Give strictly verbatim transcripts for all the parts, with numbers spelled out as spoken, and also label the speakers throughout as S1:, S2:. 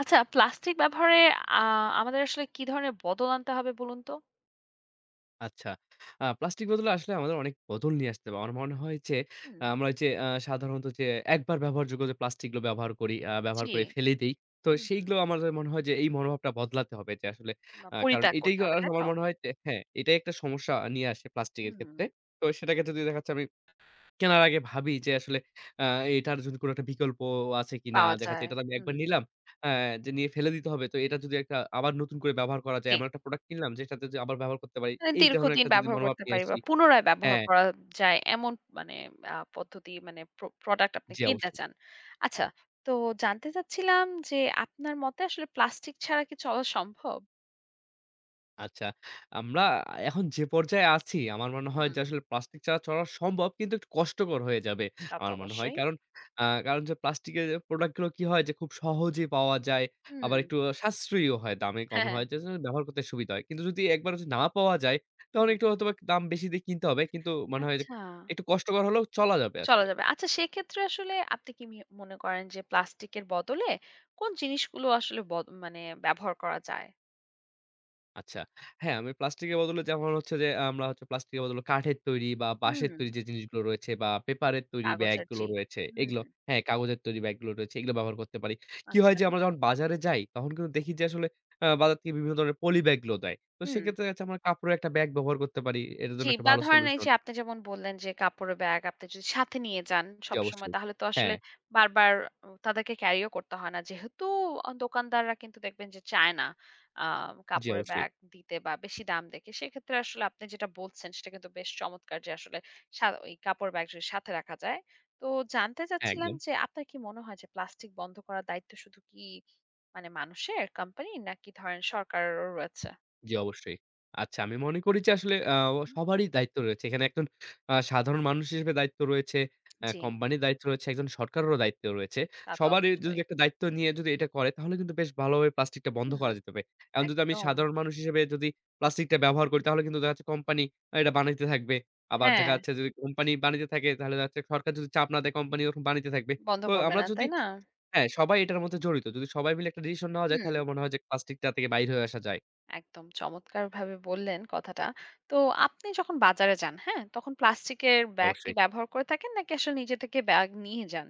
S1: আচ্ছা, প্লাস্টিক ব্যবহারে আ আমাদের আসলে কি ধরনের বদল আনতে হবে বলুন তো?
S2: আচ্ছা। আ প্লাস্টিক বোতলে আসলে আমাদের অনেক বদল নিয়ে আসতে হবে। আমার মনে হয় যে,
S1: হুম,
S2: আহ, আমরা যে আ সাধারণত যে একবার ব্যবহারযোগ্য যে প্লাস্টিকগুলো ব্যবহার করি, আ ব্যবহার
S1: জি।
S2: করে ফেলে দেই। তো
S1: হুম, হুম।
S2: সেইগুলো আমার যা মনে হয় যে এই মনোভাবটা বদলাতে হবে যে আসলে
S1: না,
S2: আ কারণ
S1: পরিত্যাগ
S2: এটাই
S1: করতে
S2: করা-
S1: হবে, তাই
S2: আমার
S1: তো?
S2: মনে হয় যে হ্যাঁ, এটাই একটা সমস্যা নিয়ে আসে প্লাস্টিকের
S1: হুম,
S2: ক্ষেত্রে। তো সেটাকে যদি দেখা যাচ্ছে আমি কেনার আগে ভাবি যে আসলে আ এটার যদি কোনো একটা বিকল্প আছে কিনা?
S1: পাওয়া
S2: দেখা যাচ্ছে
S1: যায়।
S2: এটা তো আমি একবার
S1: হুম,
S2: নিলাম। আ যে নিয়ে ফেলে দিতে হবে। তো এটা যদি একটা আবার নতুন করে ব্যবহার করা যায়,
S1: জি।
S2: এমন একটা প্রোডাক্ট কিনলাম যেটাতে যে আবার ব্যবহার করতে পারি।
S1: মানে
S2: এই ধরনের
S1: দীর্ঘদিন
S2: একটা যদি
S1: ব্যবহার
S2: মনোভাব
S1: করতে
S2: নিয়ে
S1: পারি
S2: আসি
S1: বা পুনরায় ব্যবহার
S2: হ্যাঁ,
S1: করা যায় এমন মানে আ পদ্ধতি মানে প্র প্রোডাক্ট আপনি
S2: জি
S1: কিনতে
S2: অবশ্যই।
S1: চান। আচ্ছা, তো জানতে চাচ্ছিলাম যে আপনার মতে আসলে প্লাস্টিক ছাড়া কি চলা সম্ভব?
S2: আচ্ছা, আমরা এখন যে পর্যায়ে আছি আমার মনে হয় যে
S1: হুম,
S2: আসলে প্লাস্টিক ছাড়া চলা সম্ভব কিন্তু একটু কষ্টকর হয়ে যাবে।
S1: তা তো
S2: আমার মনে হয়।
S1: অবশ্যই।
S2: কারণ আ কারণ যে প্লাস্টিকের প্রোডাক্ট গুলো কি হয় যে খুব সহজেই পাওয়া যায়। আবার
S1: হুম,
S2: একটু সাশ্রয়ীও হয়, দামে কম
S1: হ্যাঁ, হ্যাঁ।
S2: হয়। যে জন্য ব্যবহার করতে সুবিধা হয়। কিন্তু যদি একবার যদি না পাওয়া যায় তখন
S1: হুম।
S2: একটু হয়তোবা দাম বেশি দিয়ে কিনতে হবে। কিন্তু মনে হয় যে
S1: আচ্ছা।
S2: একটু কষ্টকর হলেও চলা যাবে
S1: চলা
S2: আসলে।
S1: যাবে। আচ্ছা সেক্ষেত্রে আসলে আপনি কি মি মনে করেন যে প্লাস্টিকের বদলে কোন জিনিসগুলো আসলে বদ মানে ব্যবহার করা যায়?
S2: আচ্ছা। হ্যাঁ, আমি প্লাস্টিকের বদলে যেমন হচ্ছে যে আমরা হচ্ছে প্লাস্টিকের বদলে কাঠের তৈরি বা
S1: হুম,
S2: বাঁশের তৈরি যে জিনিসগুলো রয়েছে বা পেপারের তৈরি
S1: কাগজ আর
S2: ব্যাগগুলো
S1: জি।
S2: রয়েছে
S1: হুম,
S2: এগুলো হ্যাঁ, কাগজের তৈরি ব্যাগগুলো রয়েছে এগুলো ব্যবহার করতে পারি। কি হয়
S1: আচ্ছা।
S2: যে আমরা যখন বাজারে যাই তখন কিন্তু দেখি যে আসলে আ বাজার থেকে বিভিন্ন ধরনের পলি ব্যাগগুলো দেয়। তো
S1: হুম।
S2: সেক্ষেত্রে হচ্ছে আমরা কাপড়ের একটা ব্যাগ ব্যবহার করতে পারি। এটার
S1: জি,
S2: জন্য একটা
S1: বা
S2: ভালো
S1: ধরেন এই
S2: সলিউশন।
S1: যে আপনি যেমন বললেন যে কাপড়ের ব্যাগ আপনি যদি সাথে নিয়ে যান
S2: জি,
S1: সবসময়
S2: অবশ্যই।
S1: তাহলে তো
S2: হ্যাঁ,
S1: আসলে বারবার উ তাদেরকে ক্যারিও করতে হয় না। যেহেতু আ দোকানদাররা কিন্তু দেখবেন যে চায় না আ
S2: জি,
S1: কাপড়ের
S2: অবশ্যই।
S1: ব্যাগ দিতে বা বেশি দাম দেখে। সেক্ষেত্রে আসলে আপনি যেটা বলছেন সেটা কিন্তু বেশ চমৎকার যে আসলে সা ওই কাপড়ের ব্যাগ যদি সাথে রাখা যায়। তো জানতে
S2: হ্যাঁ,
S1: চাচ্ছিলাম
S2: একদম।
S1: যে আপনার কি মনে হয় যে প্লাস্টিক বন্ধ করার দায়িত্ব শুধু কি মানে মানুষের, কোম্পানির নাকি ধরেন সরকারেরও রয়েছে?
S2: জি, অবশ্যই। আচ্ছা আমি মনে করি যে আসলে আ
S1: হুম,
S2: সবারই দায়িত্ব রয়েছে। এখানে একজন আ সাধারণ মানুষ হিসেবে দায়িত্ব রয়েছে, আ
S1: জি,
S2: কোম্পানির দায়িত্ব রয়েছে, একজন সরকারেরও দায়িত্ব রয়েছে।
S1: তা তো
S2: সবারই যদি
S1: অবশ্যই।
S2: একটা দায়িত্ব নিয়ে যদি এটা করে তাহলে কিন্তু বেশ ভালোভাবে প্লাস্টিকটা বন্ধ
S1: হুম।
S2: করা যেতে পারে। এখন যদি আমি
S1: একদম।
S2: সাধারণ মানুষ হিসেবে যদি প্লাস্টিকটা ব্যবহার করি তাহলে কিন্তু দেখা যাচ্ছে কোম্পানি এটা বানাইতে থাকবে। আবার
S1: হ্যাঁ,
S2: দেখা যাচ্ছে যদি কোম্পানি বানাইতে থাকে তাহলে দেখা যাচ্ছে সরকার যদি চাপ না দেয় কোম্পানি ওরকম বানাইতে থাকবে।
S1: বন্ধ
S2: তো
S1: করবে
S2: আমরা
S1: না,
S2: যদি
S1: তাই না?
S2: হ্যাঁ, সবাই এটার মধ্যে জড়িত। যদি সবাই মিলে একটা ডিসিশন নেওয়া যায়
S1: হুম,
S2: তাহলে আমার মনে হয় যে প্লাস্টিকটা থেকে বাইরে হয়ে আসা যায়।
S1: একদম চমৎকারভাবে বললেন কথাটা। তো আপনি যখন বাজারে যান, হ্যাঁ? তখন প্লাস্টিকের
S2: জি,
S1: ব্যাগ কি
S2: অবশ্যই।
S1: ব্যবহার করে থাকেন নাকি আসলে নিজে থেকে ব্যাগ নিয়ে যান?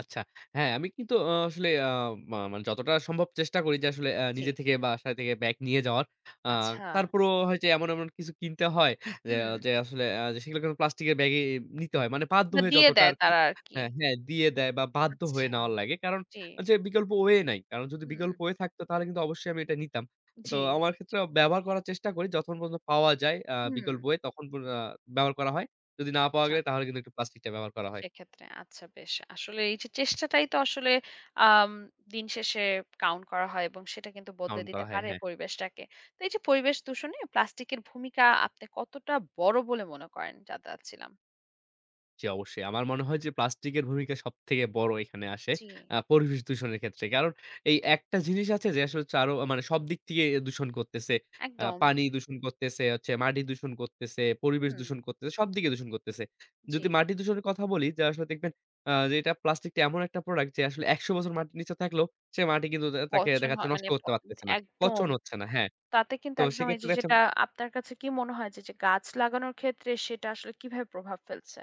S2: আচ্ছা। হ্যাঁ, আমি কিন্তু আ আসলে আ মা মানে যতটা সম্ভব চেষ্টা করি যে আসলে আ
S1: জি,
S2: নিজে থেকে বা বাসা থেকে ব্যাগ নিয়ে যাওয়ার। আ
S1: আচ্ছা।
S2: তারপরেও হয় যে এমন, এমন কিছু কিনতে হয় যে,
S1: হুম,
S2: আহ, যে আসলে আ সেগুলো কিন্তু প্লাস্টিকের ব্যাগে নিতে হয়। মানে বাধ্য
S1: বা
S2: হয়ে
S1: দিয়ে
S2: যতটা
S1: দেয়
S2: আরকি
S1: তারা আরকি।
S2: হ্যাঁ, হ্যাঁ, দিয়ে দেয় বা বাধ্য হয়ে
S1: আচ্ছা,
S2: নেওয়ার লাগে। কারণ
S1: জি।
S2: হচ্ছে বিকল্প ওয়ে নাই। কারণ যদি
S1: হুম,
S2: বিকল্প ওয়ে থাকতো তাহলে কিন্তু অবশ্যই আমি এটা নিতাম। তো
S1: জি,
S2: আমার ক্ষেত্রেও ব্যবহার করার চেষ্টা করি যতক্ষণ পর্যন্ত পাওয়া যায় আ
S1: হুম,
S2: বিকল্প ওয়ে তখন পর্য আ ব্যবহার করা হয়। যদি না পাওয়া
S1: আচ্ছা।
S2: গেলে তাহলে কিন্তু একটু প্লাস্টিকটা ব্যবহার করা হয়,
S1: সেক্ষেত্রে আচ্ছা বেশ। আসলে এই যে চেষ্টাটাই তো আসলে আম দিন শেষে কাউন্ট করা হয় এবং সেটা কিন্তু বদলে
S2: কাউন্ট করা
S1: দিতে
S2: হয়।
S1: পারে
S2: হ্যাঁ।
S1: পরিবেশটাকে। তো এই যে পরিবেশ দূষণে প্লাস্টিকের ভূমিকা আপনি কতটা বড় বলে মনে করেন? জানতে চাচ্ছিলাম।
S2: জি, অবশ্যই। আমার মনে হয় যে প্লাস্টিকের ভূমিকা সবথেকে বড় এখানে আসে
S1: জি,
S2: আ পরিবেশ দূষণের ক্ষেত্রে। কারণ এই একটা জিনিস আছে যে আসলে চারো মানে সব দিক থেকে দূষণ করতেছে। আ
S1: একদম।
S2: পানি দূষণ করতেছে, হচ্ছে মাটি দূষণ করতেছে, পরিবেশ
S1: হুম,
S2: দূষণ করতেছে, সবদিকে দূষণ করতেছে।
S1: জি।
S2: যদি মাটি দূষণের কথা বলি যে আসলে দেখবেন আ যে এটা প্লাস্টিকটা এমন একটা প্রোডাক্ট যে আসলে একশো বছর মাটির নিচে থাকলেও সে মাটি কিন্তু তা তাকে
S1: পচন
S2: দেখা যাচ্ছে
S1: হয়
S2: নষ্ট
S1: মানে প
S2: করতে পারতেছে না।
S1: একদম।
S2: পচন হচ্ছে না। হ্যাঁ।
S1: তাতে কিন্তু
S2: তো
S1: একদম এই
S2: সেক্ষেত্রে
S1: যে
S2: দেখা যাচ্ছে
S1: যেটা আপনার কাছে কি মনে হয় যে, যে গাছ লাগানোর ক্ষেত্রে সেটা আসলে কিভাবে প্রভাব ফেলছে?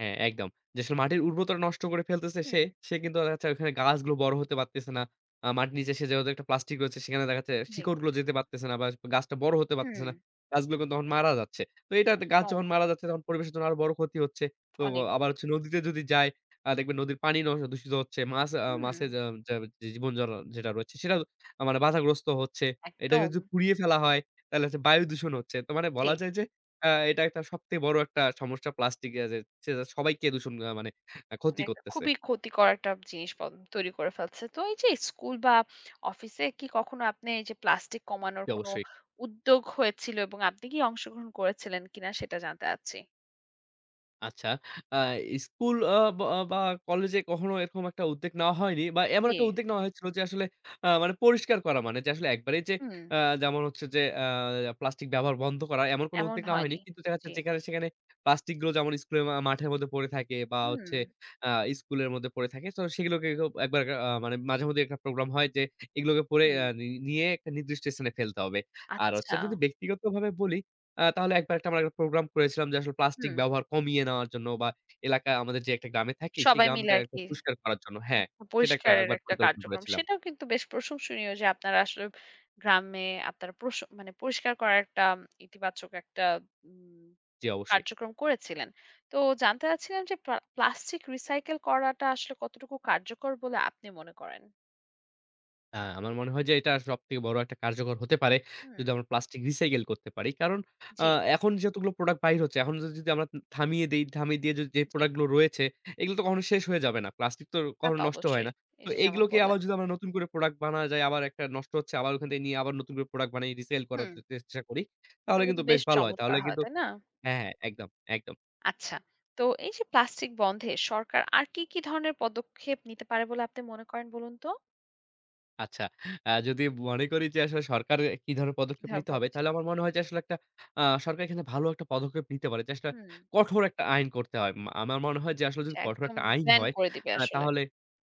S2: হ্যাঁ, একদম। যে আসলে মাটির উর্বরতা নষ্ট করে ফেলতেছে সে,
S1: হুম,
S2: সে কিন্তু দেখা যাচ্ছে ওখানে গাছগুলো বড় হতে পারতেছে না। আ মাটির নিচে সে যেহেতু একটা প্লাস্টিক রয়েছে সেখানে দেখা যাচ্ছে
S1: জি।
S2: শিকড়গুলো যেতে পারতেছে না বা গাছটা বড় হতে পারতেছে
S1: হুম,
S2: না। গাছগুলো কিন্তু তখন মারা যাচ্ছে। তো এটা গাছ যখন
S1: কম
S2: মারা যাচ্ছে তখন পরিবেশের জন্য আরো বড় ক্ষতি হচ্ছে। তো
S1: অনেক।
S2: আবার হচ্ছে নদীতে যদি যায় আ দেখবেন নদীর পানি নস দূষিত হচ্ছে। মাছ আ
S1: হুম,
S2: মাছের যা যা যে জীবন যারা যেটা রয়েছে সেটা আহ, মানে বাধাগ্রস্ত হচ্ছে। এটাকে
S1: একদম।
S2: যদি পুড়িয়ে ফেলা হয় তাহলে হচ্ছে বায়ু দূষণ হচ্ছে। তো মানে
S1: জি।
S2: বলা যায় যে আ এটা একটা সবথেকে বড় একটা সমস্যা প্লাস্টিকের যে সে যা সবাইকে দূষণ আ মানে আহ, ক্ষতি
S1: মানে একটা
S2: করতেছে।
S1: খুবই ক্ষতিকর একটা জিনিস প তৈরি করে ফেলছে। তো এই যে স্কুল বা অফিসে কি কখনো আপনি এই যে প্লাস্টিক কমানোর
S2: জি,
S1: কোনো
S2: অবশ্যই।
S1: উদ্যোগ হয়েছিল এবং আপনি কি অংশগ্রহণ করেছিলেন কিনা সেটা জানতে চাচ্ছি?
S2: আচ্ছা। আ স্কুল আ বা বা কলেজে কখনো এরকম একটা উদ্যোগ নেওয়া হয়নি বা এমন
S1: জি,
S2: একটা উদ্যোগ নেওয়া হয়েছিল যে আসলে আ মানে পরিষ্কার করা মানে যে আসলে একবারেই যে
S1: হুম,
S2: আ যেমন হচ্ছে যে আ প্লাস্টিক ব্যবহার বন্ধ করা এমন কোনো
S1: এমন
S2: উদ্যোগ নেওয়া হয়নি।
S1: হয়নি।
S2: কিন্তু দেখা যাচ্ছে
S1: জি,
S2: যেখানে সেখানে প্লাস্টিক গুলো যেমন স্কুলের মা মাঠের মধ্যে পড়ে থাকে বা
S1: হুম,
S2: হচ্ছে আ স্কুলের মধ্যে পড়ে থাকে। তো সেগুলোকে খুব একবার আ মানে মাঝেমধ্যেই একটা প্রোগ্রাম হয় যে এগুলোকে পড়ে আ নি
S1: হুম।
S2: নিয়ে একটা নির্দিষ্ট স্থানে ফেলতে হবে। আর হচ্ছে
S1: আচ্ছা,
S2: যদি ব্যক্তিগতভাবে বলি আ তাহলে একবার একটা আমরা একটা প্রোগ্রাম করেছিলাম যে আসলে প্লাস্টিক
S1: হুম।
S2: ব্যবহার কমিয়ে নেওয়ার জন্য বা এলাকায় আমাদের যে একটা গ্রামে থাকি সেই
S1: সবাই মিলে
S2: গ্রামটা একটা
S1: আরকি।
S2: পরিষ্কার করার জন্য হ্যাঁ,
S1: আচ্ছা,
S2: সেটা একটা
S1: পরিষ্কারের
S2: একবার
S1: একটা
S2: পরিকল্পনা
S1: কার্যক্রম।
S2: করেছিলাম।
S1: সেটাও কিন্তু বেশ প্রশংসনীয় যে আপনারা আসলে গ্রামে আপনারা প্রশ মানে পরিষ্কার করার একটা উম, ইতিবাচক একটা উম
S2: জি, অবশ্যই।
S1: কার্যক্রম করেছিলেন। তো জানতে চাচ্ছিলাম যে প্লা প্লাস্টিক রিসাইকেল করাটা আসলে কতটুকু কার্যকর বলে আপনি মনে করেন?
S2: হ্যাঁ, আমার মনে হয় যে এটা সবথেকে বড় একটা কার্যকর হতে পারে।
S1: হুম,
S2: যদি আমরা প্লাস্টিক রিসাইকেল করতে পারি। কারণ আ
S1: জি,
S2: এখন যতগুলো প্রোডাক্ট বাইর হচ্ছে, এখন যদি আমরা থামিয়ে দেই, থামিয়ে দিয়ে যদি যে
S1: জি।
S2: প্রোডাক্ট গুলো রয়েছে, এগুলো তো কখনো শেষ হয়ে যাবে না। প্লাস্টিক তো
S1: তা
S2: কখনো
S1: তো
S2: নষ্ট হয় না।
S1: অবশ্যই।
S2: তো
S1: এই যে যেমন
S2: এইগুলোকে আবার
S1: বললেন।
S2: যদি আমরা নতুন করে প্রোডাক্ট বানানো যায়, আবার একটা নষ্ট হচ্ছে, আবার ওখান থেকে নিয়ে আবার নতুন করে প্রোডাক্ট বানিয়ে রিসেল করার
S1: হুম,
S2: চে চেষ্টা করি। তাহলে
S1: তাহলে
S2: কিন্তু
S1: কিন্তু
S2: বেশ
S1: বেশ
S2: ভালো হয়। তাহলে
S1: চমৎকার হয়,
S2: কিন্তু
S1: তাই না?
S2: হ্যাঁ, হ্যাঁ, একদম, একদম।
S1: আচ্ছা। তো এই যে প্লাস্টিক বন্ধে সরকার আর কি, কি ধরনের পদক্ষেপ নিতে পারে বলে আপনি মনে করেন বলুন তো?
S2: আচ্ছা। আ যদি মনে করি যে আসলে সরকার কি ধরনের পদক্ষেপ
S1: ধর,
S2: নিতে হবে,
S1: বলছি।
S2: তাহলে আমার মনে হয় যে আসলে একটা আ সরকার এখানে ভালো একটা পদক্ষেপ নিতে পারে। যে আসলে
S1: হুম,
S2: কঠোর একটা আইন করতে হয়। মা আমার মনে হয় যে আসলে যদি
S1: এটা
S2: কঠোর
S1: একদম
S2: একটা আইন
S1: ব্যান
S2: হয়,
S1: করে দিবে
S2: আ
S1: আসলে।
S2: তাহলে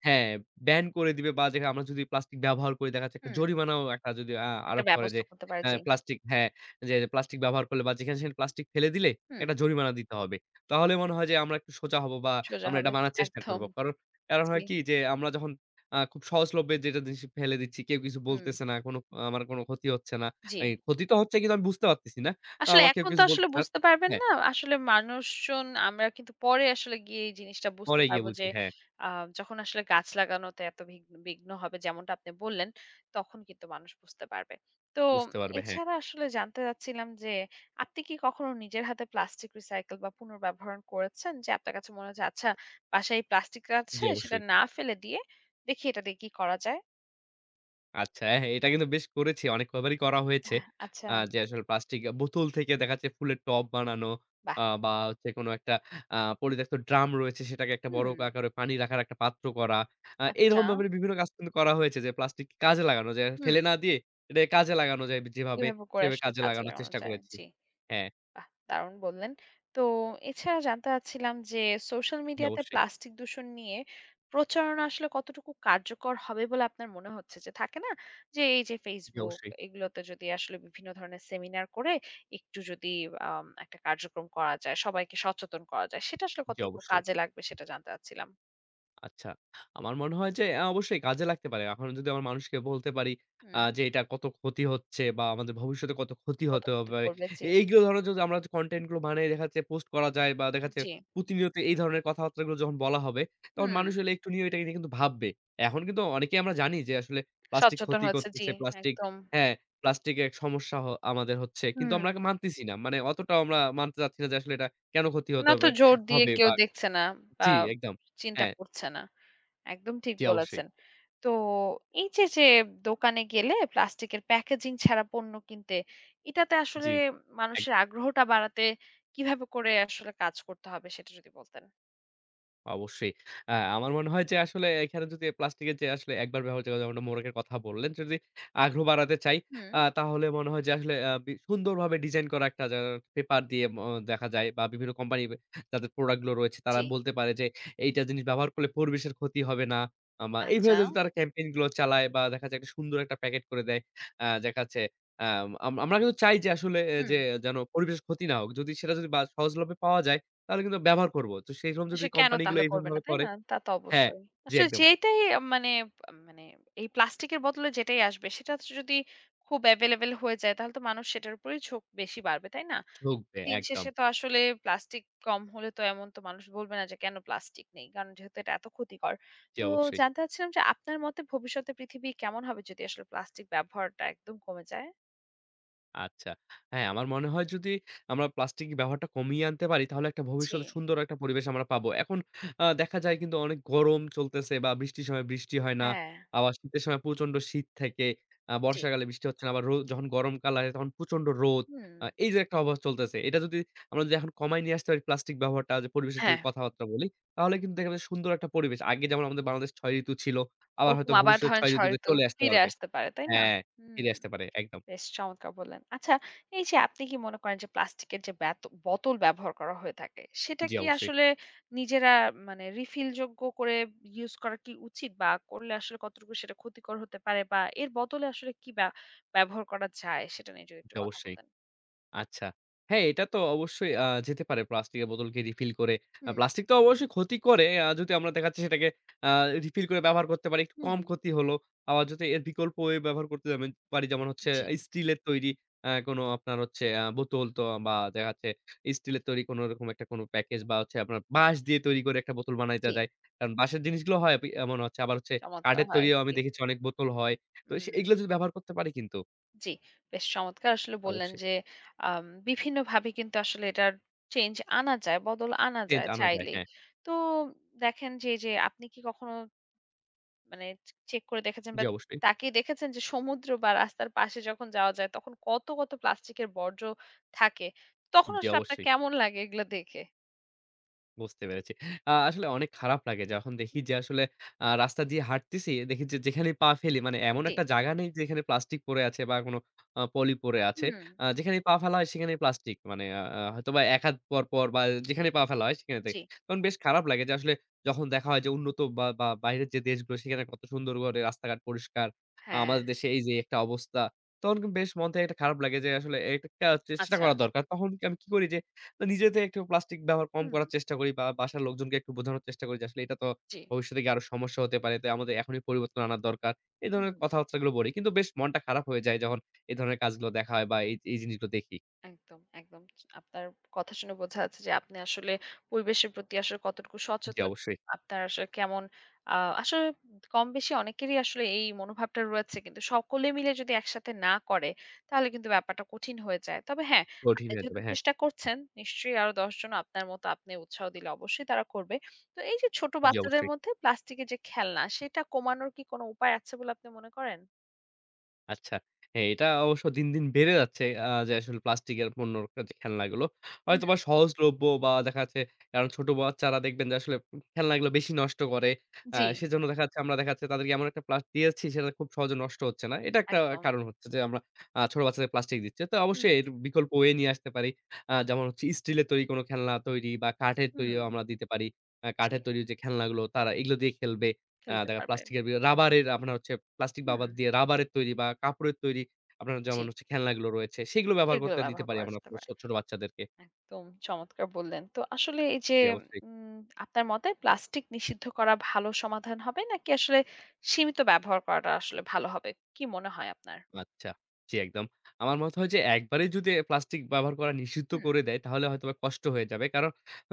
S2: হ্যাঁ, ব্যান করে দিবে বা যে আমরা যদি প্লাস্টিক ব্যবহার করি দেখা যাচ্ছে একটা
S1: হুম,
S2: জরিমানাও একটা যদি আ
S1: একটা
S2: আরোপ করে যে
S1: ব্যবস্থা করতে পারে,
S2: অ্যা
S1: জি।
S2: প্লাস্টিক হ্যাঁ, যে প্লাস্টিক ব্যবহার করলে বা যেখানে সেখানে প্লাস্টিক ফেলে দিলে
S1: হুম,
S2: একটা জরিমানা দিতে হবে। তাহলে মনে হয় যে আমরা একটু সোজা হব বা
S1: সোজা
S2: আমরা এটা
S1: হবে।
S2: মানার চেষ্টা
S1: একদম।
S2: করব। কারণ, কারণ
S1: জি,
S2: হয় কি যে আমরা যখন আ খুব সহজলভ্যে যেটা জিনিস ফেলে দিচ্ছি। কেউ কিছু
S1: হুম,
S2: বলতেছে না। কোনো আমার কোনো ক্ষতি হচ্ছে না।
S1: জি।
S2: এই ক্ষতি তো হচ্ছে কিন্তু আমি বুঝতে পারতেছি না। আ
S1: আসলে
S2: আমার কেউ
S1: এখন তো
S2: কিছু
S1: আসলে
S2: বলতেছে না।
S1: বুঝতে পারবেন
S2: হ্যাঁ,
S1: না। আসলে মানুষজন আমরা কিন্তু পরে আসলে গিয়ে এই জিনিসটা বুঝতে
S2: পরে গিয়ে
S1: পারবো যে,
S2: বুঝি। হ্যাঁ,
S1: আ যখন আসলে গাছ লাগানোতে এত বিঘ্ন বিঘ্ন হবে যেমনটা আপনি বললেন, তখন কিন্তু মানুষ বুঝতে পারবে। তো
S2: বুঝতে পারবে। হ্যাঁ,
S1: এছাড়া আসলে জানতে চাচ্ছিলাম যে, আপনি কি কখনো নিজের হাতে প্লাস্টিক রিসাইকেল বা পুনর্ব্যবহার করেছেন? যে আপনার কাছে মনে হচ্ছে, "আচ্ছা, বাসায় প্লাস্টিক
S2: জি
S1: আছে, সেটা
S2: অবশ্যই।
S1: না ফেলে দিয়ে দেখি এটা দিয়ে কি করা যায়?"
S2: আচ্ছা, হ্যাঁ, এটা কিন্তু বেশ করেছি। অনেকবারই করা হয়েছে।
S1: হ্যাঁ,
S2: আ
S1: আচ্ছা,
S2: যে আসলে প্লাস্টিক বোতল থেকে দেখা যাচ্ছে ফুলের টব বানানো
S1: বাহ!
S2: আ বা হচ্ছে কোনো একটা আ পরিত্যক্ত ড্রাম রয়েছে সেটাকে একটা বড়
S1: হুম,
S2: আকারে পানি রাখার একটা পাত্র করা। আ
S1: আচ্ছা,
S2: এরকম ব্যাপারে বিভিন্ন কাজ কিন্তু করা হয়েছে যে প্লাস্টিক কাজে লাগানো যায়। ফেলে
S1: হুম।
S2: না দিয়ে এটাকে কাজে লাগানো যায় যেভাবে
S1: এভাবে করে
S2: সেভাবে
S1: আসলে
S2: কাজে
S1: কাজে
S2: লাগানোর
S1: লাগানো
S2: চেষ্টা
S1: যায়।
S2: করেছি।
S1: জি।
S2: হ্যাঁ,
S1: বাহ! দারুণ বললেন। তো এছাড়া জানতে চাচ্ছিলাম যে সোশ্যাল
S2: জি
S1: মিডিয়াতে
S2: অবশ্যই,
S1: প্লাস্টিক দূষণ নিয়ে প্রচারণা আসলে কতটুকু কার্যকর হবে বলে আপনার মনে হচ্ছে? যে থাকে না? যে এই যে
S2: জি
S1: Facebook
S2: অবশ্যই,
S1: এগুলোতে যদি আসলে বিভিন্ন ধরনের সেমিনার করে একটু যদি আম একটা কার্যক্রম করা যায়, সবাইকে সচেতন করা যায়, সেটা আসলে
S2: জি
S1: কতটুকু
S2: অবশ্যই।
S1: কাজে লাগবে সেটা জানতে চাচ্ছিলাম।
S2: আচ্ছা। আমার মনে হয় যে আ অবশ্যই কাজে লাগতে পারে। এখন যদি আমার মানুষকে বলতে পারি আ
S1: হুম।
S2: যে এটা কত ক্ষতি হচ্ছে বা আমাদের ভবিষ্যতে কত ক্ষতি
S1: কত
S2: হতে
S1: ক্ষতি
S2: হবে।
S1: করবে? জি।
S2: এইগুলো ধরো যদি আমরা কনটেন্ট গুলো বানায়ে দেখা যাচ্ছে পোস্ট করা যায় বা দেখা যাচ্ছে
S1: জি।
S2: প্রতিনিয়ত এই ধরনের কথাবার্তাগুলো যখন বলা হবে, তখন
S1: হুম।
S2: মানুষ হলে একটু নিয়ে এটাকে নিয়ে কিন্তু ভাববে। এখন কিন্তু অনেকেই আমরা জানি যে আসলে প্লাস্টিক
S1: সচেতন
S2: ক্ষতি
S1: হচ্ছে। জি,
S2: করতেছে, প্লাস্টিক
S1: একদম।
S2: হ্যাঁ, প্লাস্টিকের এক সমস্যা হ আমাদের হচ্ছে। কিন্তু আমরা
S1: হুম।
S2: মানতেছি না। মানে অতটাও আমরা মানতে চাচ্ছি না যে আসলে এটা কেন ক্ষতি হতে
S1: না তো তো
S2: হবে
S1: জোর দিয়ে
S2: হবে
S1: জি। কেউ
S2: বা
S1: দেখছে না বা
S2: জি একদম।
S1: জি, চিন্তা
S2: হ্যাঁ,
S1: হুম। করছে না। একদম ঠিক
S2: জি
S1: হুম।
S2: অবশ্যই।
S1: বলেছেন। তো এই যে, যে দোকানে গেলে প্লাস্টিকের প্যাকেজিং ছাড়া পণ্য কিনতে, এটাতে আসলে
S2: জি,
S1: হুম। মানুষের
S2: একদম।
S1: আগ্রহটা বাড়াতে কিভাবে করে আসলে কাজ করতে হবে সেটা যদি বলতেন?
S2: অবশ্যই। আ আমার মনে হয় যে আসলে এখানে যদি প্লাস্টিকের যে আসলে একবার ব্যবহার করা যেমনটা মোড়কের কথা বললেন, যদি আগ্রহ বাড়াতে চাই
S1: হুম,
S2: আ তাহলে মনে হয় যে আসলে আ বি সুন্দরভাবে ডিজাইন করা একটা যা পেপার দিয়ে ম দেখা যায় বা বিভিন্ন কোম্পানি যাদের প্রোডাক্ট গুলো রয়েছে তারা
S1: জি,
S2: বলতে পারে যে এইটা জিনিস ব্যবহার করলে পরিবেশের ক্ষতি হবে না। আ বা এইভাবে
S1: আচ্ছা।
S2: যদি তারা ক্যাম্পেইন গুলো চালায় বা দেখা যায় একটা সুন্দর একটা প্যাকেট করে দেয়। আ দেখা যাচ্ছে আম আম আমরা কিন্তু চাই যে আসলে এ
S1: হুম,
S2: যে যেন পরিবেশের ক্ষতি না হোক। যদি সেটা যদি বা সহজলভ্যে পাওয়া যায় তাহলে কিন্তু ব্যবহার করব। তো সেরকম যদি
S1: সে কেন
S2: কোম্পানিগুলো
S1: তাহলে করবে না,
S2: এরকমভাবে
S1: তাই
S2: করে
S1: না? তা তো
S2: হ্যাঁ,
S1: অবশ্যই।
S2: জি
S1: আসলে
S2: একদম
S1: যেটাই মানে, মানে এই প্লাস্টিকের বদলে যেটাই আসবে সেটা যদি খুব এভেইলেবল হয়ে যায় তাহলে তো মানুষ সেটার উপরেই ঝোঁক বেশি বাড়বে, তাই না?
S2: ঠকবে
S1: দিন
S2: একদম।
S1: শেষে তো আসলে প্লাস্টিক কম হলে তো এমন তো মানুষ বলবে না যে কেন প্লাস্টিক নেই কারণ যেহেতু এটা এত ক্ষতিকর।
S2: জি,
S1: তো
S2: অবশ্যই।
S1: জানতে চাচ্ছিলাম যে আপনার মতে ভবিষ্যতে পৃথিবী কেমন হবে যদি আসলে প্লাস্টিক ব্যবহারটা একদম কমে যায়।
S2: আচ্ছা। হ্যাঁ, আমার মনে হয় যদি আমরা প্লাস্টিক ব্যবহারটা কমিয়ে আনতে পারি তাহলে একটা
S1: জি,
S2: ভবিষ্যতে সুন্দর একটা পরিবেশ আমরা পাবো। এখন আ দেখা যায় কিন্তু অনেক গরম চলতেছে বা বৃষ্টির সময় বৃষ্টি হয় না।
S1: হ্যাঁ,
S2: আবার শীতের সময় প্রচন্ড শীত থাকে। আ
S1: জি,
S2: বর্ষাকালে বৃষ্টি হচ্ছে না। আবার রো যখন গরমকাল আসে তখন প্রচন্ড রোদ।
S1: হুম,
S2: আ এই যে একটা অবস্থা চলতেছে। এটা যদি আমরা যদি এখন কমায় নিয়ে আসতে পারি প্লাস্টিক ব্যবহারটা যে পরিবেশের যদি
S1: হ্যাঁ,
S2: কথাবার্তা বলি, তাহলে কিন্তু দেখা যায় সুন্দর একটা পরিবেশ। আগে যেমন আমাদের বাংলাদেশ ছয় ঋতু ছিল। আবার হয়তো
S1: ওরকম আবার
S2: ভবিষ্যতে
S1: ধরেন
S2: ছয় ঋতুতে
S1: হয়তো
S2: চলে আসতে
S1: ফিরে
S2: পারবে।
S1: আসতে পারে তাই না?
S2: হ্যাঁ, ফিরে
S1: হুম,
S2: আসতে পারে। একদম।
S1: বেশ চমৎকার বললেন। আচ্ছা, এই যে আপনি কি মনে করেন যে প্লাস্টিকের যে ব্যাত বোতল ব্যবহার করা হয়ে থাকে, সেটা
S2: জি,
S1: কি
S2: অবশ্যই।
S1: আসলে নিজেরা মানে রিফিল যোগ্য করে ইউজ করা কি উচিত? বা করলে আসলে কতটুকু সেটা ক্ষতিকর হতে পারে? বা এর বদলে আসলে কি ব্যা ব্যবহার করা যায়? সেটা নিয়ে যদি একটু
S2: জি,
S1: কথা
S2: অবশ্যই।
S1: বলতেন।
S2: আচ্ছা। হ্যাঁ, এটা তো অবশ্যই আ যেতে পারে প্লাস্টিকের বোতলকে রিফিল করে। আ
S1: হুম,
S2: প্লাস্টিক তো অবশ্যই ক্ষতি করে। আ যদি আমরা দেখা যাচ্ছে সেটাকে আ রিফিল করে ব্যবহার করতে পারি, একটু
S1: হুম।
S2: কম ক্ষতি হলো। আবার যদি এর বিকল্প ওয়ে ব্যবহার করতে যাবেন পারি যেমন হচ্ছে
S1: জি,
S2: স্টিলের তৈরি আ কোনো আপনার হচ্ছে আ বোতল তো বা দেখা যাচ্ছে স্টিলের তৈরি কোনো রকম একটা কোনো প্যাকেজ বা হচ্ছে আপনার বাঁশ দিয়ে তৈরি করে একটা বোতল বানাইতে
S1: জি।
S2: যায়। কারণ বাঁশের জিনিসগুলো হয় আপি এমন হচ্ছে আবার হচ্ছে
S1: চমৎকার
S2: কাঠের
S1: হয়।
S2: তৈরিও আমি
S1: জি।
S2: দেখেছি অনেক বোতল হয়। তো সে
S1: হুম।
S2: এগুলো যদি ব্যবহার করতে পারি কিন্তু
S1: জি, বেশ চমৎকার আসলে বললেন
S2: অবশ্যই
S1: যে আম বিভিন্নভাবে কিন্তু আসলে এটার চেঞ্জ আনা যায়, বদল আনা
S2: চেঞ্জ
S1: যায়
S2: আনা যায়।
S1: চাইলেই।
S2: হ্যাঁ।
S1: তো দেখেন যে এই যে আপনি কি কখনো মানে চেক করে দেখেছেন
S2: জি,
S1: বা
S2: অবশ্যই,
S1: তাকিয়ে দেখেছেন যে সমুদ্র বা রাস্তার পাশে যখন যাওয়া যায় তখন কত, কত প্লাস্টিকের বর্জ্য থাকে। তখন
S2: জি,
S1: আসলে আপনার
S2: অবশ্যই।
S1: কেমন লাগে এগুলো দেখে?
S2: বুঝতে পেরেছি। আ আসলে অনেক খারাপ লাগে যখন দেখি
S1: হুম,
S2: যে আসলে আ রাস্তা দিয়ে হাঁটতেছি, দেখি যে যেখানেই পা ফেলি, মানে এমন
S1: জি,
S2: একটা জায়গা নেই যেখানে প্লাস্টিক পড়ে আছে বা কোনো আ পলি পড়ে আছে।
S1: হুম,
S2: আ যেখানেই পা ফেলা হয় সেখানেই প্লাস্টিক। মানে আ আ হয়তোবা এক হাত পর, পর বা যেখানে পা ফেলা হয় সেখানে থেকে।
S1: জি,
S2: তখন বেশ খারাপ লাগে যে আসলে যখন দেখা হয় যে উন্নত বা বা বাইরের যে দেশগুলো সেখানে কত সুন্দর করে রাস্তাঘাট পরিষ্কার।
S1: হ্যাঁ,
S2: আমাদের দেশে এই যে একটা অবস্থা। তখন কিন্তু বেশ মন থেকে একটা খারাপ লাগে যে আসলে এটা সেটা
S1: আচ্ছা,
S2: করা দরকার। তখন আমি কি করি যে তো নিজে থেকে একটু প্লাস্টিক ব্যবহার কম
S1: হুম,
S2: করার চেষ্টা করি বা বাসার লোকজনকে একটু বোঝানোর চেষ্টা করি যে আসলে এটা তো
S1: জি,
S2: ভবিষ্যতে গিয়ে আরো সমস্যা হতে পারে। তাই আমাদের এখনই পরিবর্তন আনার দরকার। এই ধরনের
S1: হুম।
S2: কথাবার্তাগুলো বলি। কিন্তু বেশ মনটা খারাপ হয়ে যায় যখন এই ধরনের কাজগুলো দেখা হয় বা এই, এই জিনিসগুলো দেখি।
S1: একদম, একদম। চ আপনার কথা শুনে বোঝা যাচ্ছে যে আপনি আসলে পরিবেশের প্রতি আসলে কতটুকু
S2: জি,
S1: সচেতন।
S2: অবশ্যই।
S1: আপনার আসলে কেমন আ আসলে কম বেশি অনেকেরই আসলে এই মনোভাবটা রয়েছে। কিন্তু সকলে মিলে যদি একসাথে না করে তাহলে কিন্তু ব্যাপারটা কঠিন হয়ে যায়। তবে হ্যাঁ,
S2: কঠিন
S1: আপনি
S2: হয়ে যাবে।
S1: যেহেতু
S2: হ্যাঁ,
S1: চেষ্টা করছেন নিশ্চয়ই আরো দশ জন আপনার মতো আপনি উৎসাহ দিলে অবশ্যই তারা করবে। তো এই যে ছোট
S2: জি
S1: বাচ্চাদের
S2: অবশ্যই।
S1: মধ্যে প্লাস্টিকের যে খেলনা সেটা কমানোর কি কোনো উপায় আছে বলে আপনি মনে করেন?
S2: আচ্ছা। হ্যাঁ, এটা অবশ্য দিন, দিন বেড়ে যাচ্ছে। আ যে আসলে প্লাস্টিকের পণ্যর যে খেলনাগুলো।
S1: হুম।
S2: হয়তোবা সহজলভ্য বা দেখা যাচ্ছে কারণ ছোট বাচ্চারা দেখবেন যে আসলে খেলনাগুলো বেশি নষ্ট করে। আ
S1: জি,
S2: সেজন্য দেখা যাচ্ছে আমরা দেখা যাচ্ছে তাদেরকে এমন একটা প্লাস দিয়েছি সেটা খুব সহজে নষ্ট হচ্ছে না। এটা একটা
S1: একদম।
S2: কারণ হচ্ছে যে আমরা আ ছোট বাচ্চাদের প্লাস্টিক দিচ্ছি। তো
S1: হুম,
S2: অবশ্যই এর বিকল্প ওয়ে নিয়ে আসতে পারি। আ যেমন হচ্ছে স্টিলের তৈরি কোনো খেলনা তৈরি বা কাঠের
S1: হুম,
S2: তৈরিও আমরা দিতে পারি। আ
S1: জি।
S2: কাঠের তৈরি যে খেলনাগুলো তারা এগুলো দিয়ে খেলবে। আ
S1: খেলতে
S2: দেখা
S1: পারবে।
S2: প্লাস্টিকের বি রাবারের আপনার হচ্ছে প্লাস্টিক
S1: হুম,
S2: রাবার দিয়ে রাবারের তৈরি বা কাপড়ের তৈরি আপনার
S1: জি।
S2: যেমন হচ্ছে খেলনাগুলো রয়েছে, সেগুলো ব্যবহার
S1: সেগুলো
S2: করতে দিতে
S1: ব্যবহার
S2: পারি
S1: করা
S2: আমরা
S1: যেতে পারে।
S2: ছোট, ছোট বাচ্চাদেরকে।
S1: একদম চমৎকার বললেন। তো আসলে এই যে
S2: জি, অবশ্যই।
S1: উম আপনার মতে প্লাস্টিক নিষিদ্ধ করা ভালো সমাধান হবে নাকি আসলে সীমিত ব্যবহার করাটা আসলে ভালো হবে? কি মনে হয় আপনার?
S2: আচ্ছা। জি, একদম। আমার মত হয় যে একবারেই যদি প্লাস্টিক ব্যবহার করা নিষিদ্ধ
S1: হুম,
S2: করে দেয় তাহলে হয়তোবা কষ্ট হয়ে যাবে। কারণ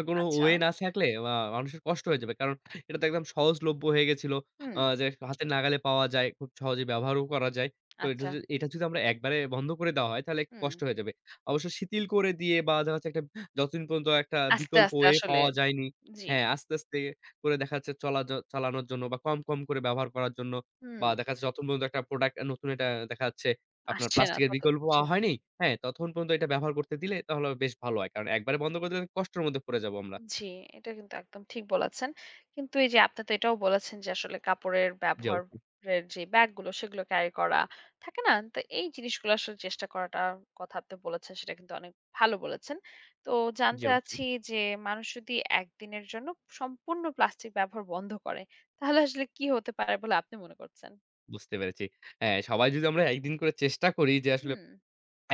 S2: কোনো
S1: আচ্ছা।
S2: ওয়ে না থাকলে আ মানুষের কষ্ট হয়ে যাবে। কারণ এটা তো একদম সহজলভ্য হয়ে গেছিল। আ
S1: হুম,
S2: যে হাতের নাগালে পাওয়া যায়, খুব সহজে ব্যবহারও করা যায়। তো এটা
S1: আচ্ছা।
S2: যদি এটা যদি আমরা একবারে বন্ধ করে দেওয়া হয় তাহলে একটু
S1: হুম।
S2: কষ্ট হয়ে যাবে। অবশ্য শিথিল করে দিয়ে বা দেখা যাচ্ছে একটা যতদিন পর্যন্ত একটা
S1: আস্তে,
S2: বিকল্প
S1: আস্তে
S2: ওয়ে
S1: আসলে
S2: পাওয়া যায়নি।
S1: জি।
S2: হ্যাঁ, আস্তে, আস্তে করে দেখা যাচ্ছে চলা য চালানোর জন্য বা কম, কম করে ব্যবহার করার জন্য বা
S1: হুম,
S2: দেখা যাচ্ছে যতক্ষণ পর্যন্ত একটা প্রোডাক্ট নতুন এটা দেখা যাচ্ছে আপনার
S1: আসছে না
S2: প্লাস্টিকের বিকল্প
S1: ততদিন জি।
S2: পাওয়া হয়নি, হ্যাঁ, ততক্ষণ পর্যন্ত এটা ব্যবহার করতে দিলে তাহলে বেশ ভালো হয়। কারণ একবারে বন্ধ করে দিলে কষ্টের মধ্যে পড়ে যাবো আমরা।
S1: জি, এটা কিন্তু একদম ঠিক বলেছেন। কিন্তু এই যে আপনি তো এটাও বলেছেন যে আসলে কাপড়ের
S2: জি অবশ্যই,
S1: ব্যবহারের যে ব্যাগগুলো সেগুলো ক্যারি করা থাকে না? তো এই জিনিসগুলো আসলে চেষ্টা করাটার কথা আপনি বলেছেন সেটা কিন্তু অনেক ভালো বলেছেন। তো
S2: জি
S1: জানতে
S2: অবশ্যই।
S1: চাচ্ছি যে মানুষ যদি একদিনের জন্য সম্পূর্ণ প্লাস্টিক ব্যবহার বন্ধ করে তাহলে আসলে কি হতে পারে বলে আপনি মনে করছেন?
S2: বুঝতে পেরেছি। হ্যাঁ, সবাই যদি আমরা একদিন করে চেষ্টা করি যে আসলে
S1: হুম,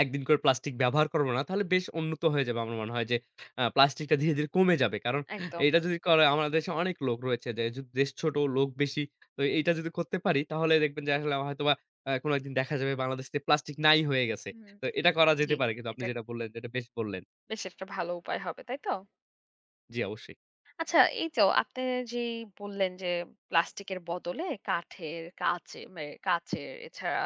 S2: একদিন করে প্লাস্টিক ব্যবহার করব না, তাহলে বেশ উন্নত হয়ে যাবে আমার মনে হয় যে আ প্লাস্টিকটা ধীরে, ধীরে কমে যাবে। কারণ
S1: একদম।
S2: এটা যদি করে আমাদের দেশে অনেক লোক রয়েছে যে য দেশ ছোট, লোক বেশি। তো এইটা যদি করতে পারি তাহলে দেখবেন যে আসলে হয়তোবা আ কোনো একদিন দেখা যাবে বাংলাদেশ থেকে প্লাস্টিক নাই হয়ে গেছে।
S1: হুম,
S2: তো এটা করা যেতে
S1: জি।
S2: পারে কিন্তু আপনি
S1: এটা
S2: যেটা বললেন এটা বেশ বললেন।
S1: বেশ একটা ভালো উপায় হবে, তাই তো?
S2: জি অবশ্যই।
S1: আচ্ছা এই তো আপনি যেই বললেন যে প্লাস্টিকের বদলে কাঠের কাচে মানে কাচের এছাড়া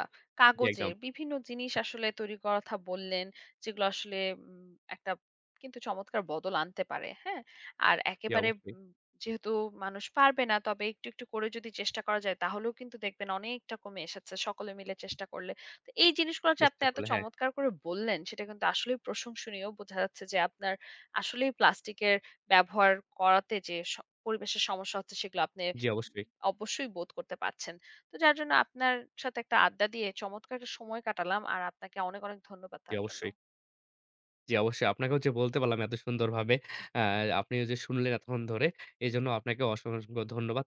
S2: জি একদম।
S1: কাগজের বিভিন্ন জিনিস আসলে তৈরি করার কথা বললেন যেগুলো আসলে উম, একটা কিন্তু চমৎকার বদল আনতে পারে হ্যাঁ আর
S2: জি
S1: একেবারে
S2: অবশ্যই।
S1: উম, যেহেতু মানুষ পারবে না তবে একটু একটু করে যদি চেষ্টা করা যায় তাহলেও কিন্তু দেখবেন অনেকটা কমে এসেছে সকলে মিলে চেষ্টা করলে। তো এই জিনিসগুলো যে
S2: চেষ্টা
S1: আপনি এত
S2: করলে, হ্যাঁ।
S1: চমৎকার করে বললেন সেটা কিন্তু আসলেই প্রশংসনীয় বোঝা যাচ্ছে যে আপনার আসলেই প্লাস্টিকের ব্যবহার করাতে যে স পরিবেশের সমস্যা হচ্ছে সেগুলো আপনি
S2: জি অবশ্যই,
S1: অবশ্যই বোধ করতে পারছেন। তো যার জন্য আপনার সাথে একটা আড্ডা দিয়ে চমৎকার একটা সময় কাটালাম। আর আপনাকে অনেক, অনেক ধন্যবাদ
S2: জি
S1: তার জন্য।
S2: অবশ্যই, জি অবশ্যই। আপনাকেও যে বলতে পারলাম এত সুন্দরভাবে, আ আপনিও যে শুনলেন এতক্ষণ ধরে, এজন্য আপনাকে অসংখ্য ধন্যবাদ।